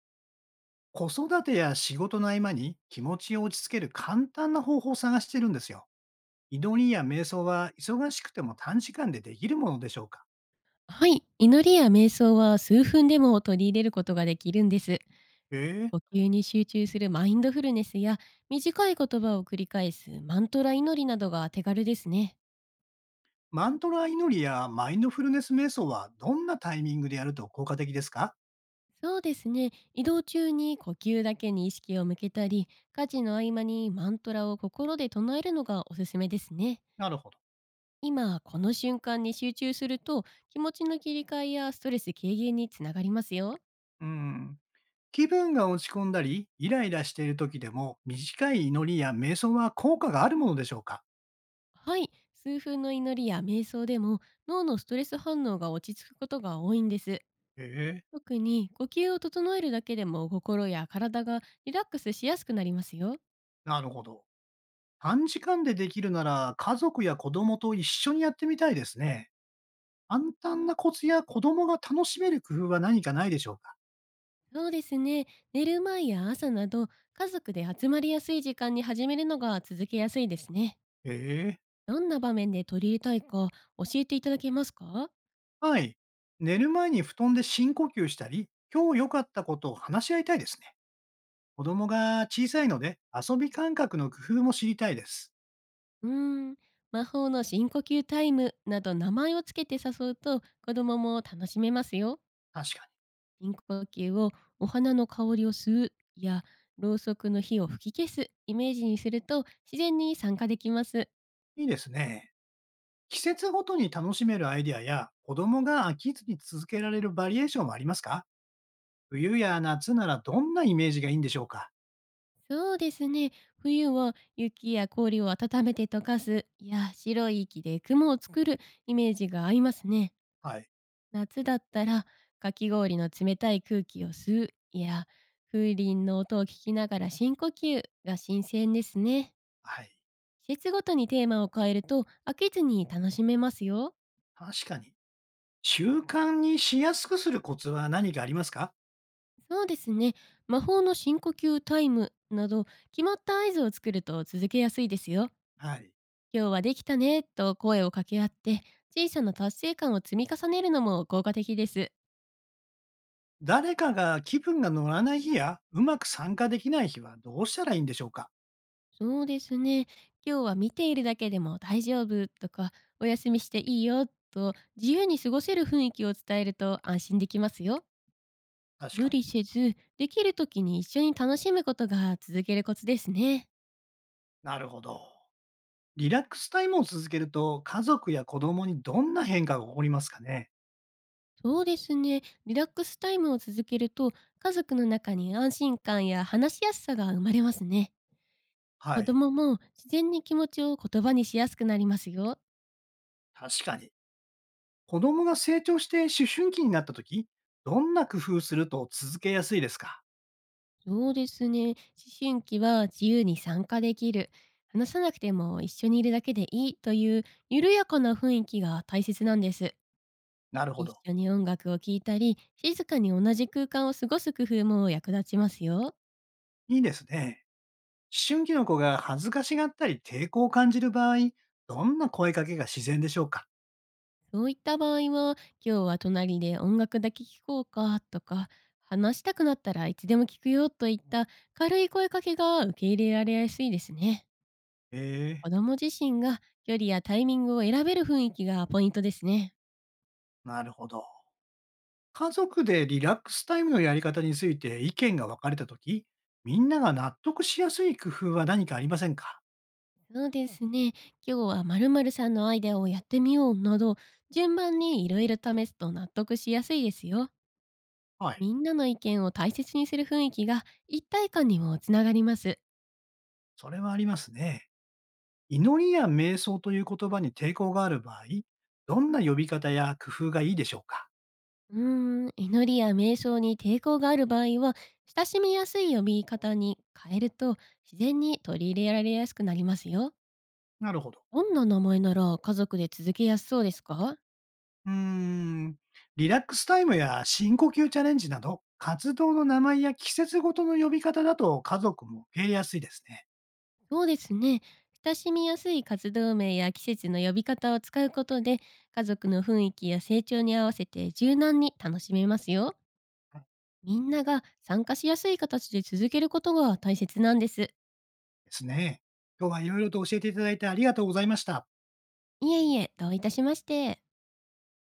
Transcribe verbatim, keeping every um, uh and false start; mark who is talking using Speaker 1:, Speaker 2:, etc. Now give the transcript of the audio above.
Speaker 1: 子育てや仕事の合間に気持ちを落ち着ける簡単な方法を探してるんですよ。祈りや瞑想は忙しくても短時間でできるものでしょうか？
Speaker 2: はい、祈りや瞑想は数分でも取り入れることができるんです。
Speaker 1: ええ。
Speaker 2: 呼吸に集中するマインドフルネスや短い言葉を繰り返すマントラ祈りなどが手軽ですね。
Speaker 1: マントラ祈りやマインドフルネス瞑想はどんなタイミングでやると効果的ですか？
Speaker 2: そうですね。移動中に呼吸だけに意識を向けたり、家事の合間にマントラを心で唱えるのがおすすめですね。
Speaker 1: なるほど。
Speaker 2: 今この瞬間に集中すると、気持ちの切り替えやストレス軽減につながりますよ。
Speaker 1: うん。気分が落ち込んだり、イライラしている時でも短い祈りや瞑想は効果があるものでしょうか？
Speaker 2: はい、数分の祈りや瞑想でも、脳のストレス反応が落ち着くことが多いんです。
Speaker 1: ええ。
Speaker 2: 特に呼吸を整えるだけでも、心や体がリラックスしやすくなりますよ。
Speaker 1: なるほど。短時間でできるなら家族や子供と一緒にやってみたいですね。簡単なコツや子供が楽しめる工夫は何かないでしょうか？
Speaker 2: そうですね。寝る前や朝など、家族で集まりやすい時間に始めるのが続けやすいですね。
Speaker 1: ええ。
Speaker 2: どんな場面で取り入れたいか教えていただけますか？
Speaker 1: はい。寝る前に布団で深呼吸したり、今日良かったことを話し合いたいですね。子供が小さいので、遊び感覚の工夫も知りたいです。
Speaker 2: うーん、魔法の深呼吸タイムなど名前をつけて誘うと、子供も楽しめますよ。
Speaker 1: 確か
Speaker 2: 深呼吸をお花の香りを吸うや、ろうそくの火を吹き消すイメージにすると、自然に参加できます。
Speaker 1: に。いいですね。季節ごとに楽しめるアイデアや、子供が飽きずに続けられるバリエーションはありますか？冬や夏ならどんなイメージがいいんでしょうか？
Speaker 2: そうですね。冬は雪や氷を温めて溶かす、いや白い息で雲を作るイメージが合いますね。
Speaker 1: はい。
Speaker 2: 夏だったら、かき氷の冷たい空気を吸う、いや風鈴の音を聞きながら深呼吸が新鮮ですね。
Speaker 1: はい。
Speaker 2: 季節ごとにテーマを変えると、飽きずに楽しめますよ。
Speaker 1: 確かに。習慣にしやすくするコツは何かありますか？
Speaker 2: そうですね。魔法の深呼吸タイムなど、決まった合図を作ると続けやすいですよ。
Speaker 1: はい。
Speaker 2: 今日はできたねと声を掛け合って、小さな達成感を積み重ねるのも効果的です。
Speaker 1: 誰かが気分が乗らない日や、うまく参加できない日はどうしたらいいんでしょうか？
Speaker 2: そうですね。今日は見ているだけでも大丈夫とか、お休みしていいよと自由に過ごせる雰囲気を伝えると、安心できますよ。
Speaker 1: 確か
Speaker 2: 無
Speaker 1: に。
Speaker 2: 理せず、できる時に一緒に楽しむことが続けるコツですね。
Speaker 1: なるほど。リラックスタイムを続けると、家族や子供にどんな変化が起こりますかね？
Speaker 2: そうですね。リラックスタイムを続けると、家族の中に安心感や話しやすさが生まれますね。
Speaker 1: は
Speaker 2: 子
Speaker 1: い。
Speaker 2: 供も自然に気持ちを言葉にしやすくなりますよ。
Speaker 1: 確かに。子供が成長して思春期になった時、どんな工夫すると続けやすいですか？
Speaker 2: そうですね。思春期は自由に参加できる、話さなくても一緒にいるだけでいいという緩やかな雰囲気が大切なんです。
Speaker 1: なるほ
Speaker 2: 一
Speaker 1: ど。
Speaker 2: 緒に音楽を聴いたり、静かに同じ空間を過ごす工夫も役立ちますよ。
Speaker 1: いいですね。思春期の子が恥ずかしがったり抵抗を感じる場合、どんな声かけが自然でしょうか？
Speaker 2: そういった場合は、今日は隣で音楽だけ聴こうかとか、話したくなったらいつでも聞くよといった軽い声かけが受け入れられやすいですね。
Speaker 1: ええ。
Speaker 2: 子供自身が距離やタイミングを選べる雰囲気がポイントですね。
Speaker 1: なるほど。家族でリラックスタイムのやり方について意見が分かれたとき、みんなが納得しやすい工夫は何かありませんか？
Speaker 2: そうですね。今日は〇〇さんのアイデアをやってみようなど、順番にいろいろ試すと納得しやすいですよ。
Speaker 1: はい。
Speaker 2: みんなの意見を大切にする雰囲気が一体感にもつながります。
Speaker 1: それはありますね。祈りや瞑想という言葉に抵抗がある場合、どんな呼び方や工夫がいいでしょうか？
Speaker 2: うーん、祈りや瞑想に抵抗がある場合は、親しみやすい呼び方に変えると、自然に取り入れられやすくなりますよ。
Speaker 1: なるほど。
Speaker 2: どんな名前なら家族で続けやすそうですか？
Speaker 1: うーん。リラックスタイムや深呼吸チャレンジなど、活動の名前や季節ごとの呼び方だと家族も受け入れやすいですね。
Speaker 2: そうですね。親しみやすい活動名や季節の呼び方を使うことで、家族の雰囲気や成長に合わせて柔軟に楽しめますよ。みんなが参加しやすい形で続けることが大切なんです。
Speaker 1: ですね。今日はいろいろと教えていただいてありがとうございました。
Speaker 2: いえいえ、どういたしまして。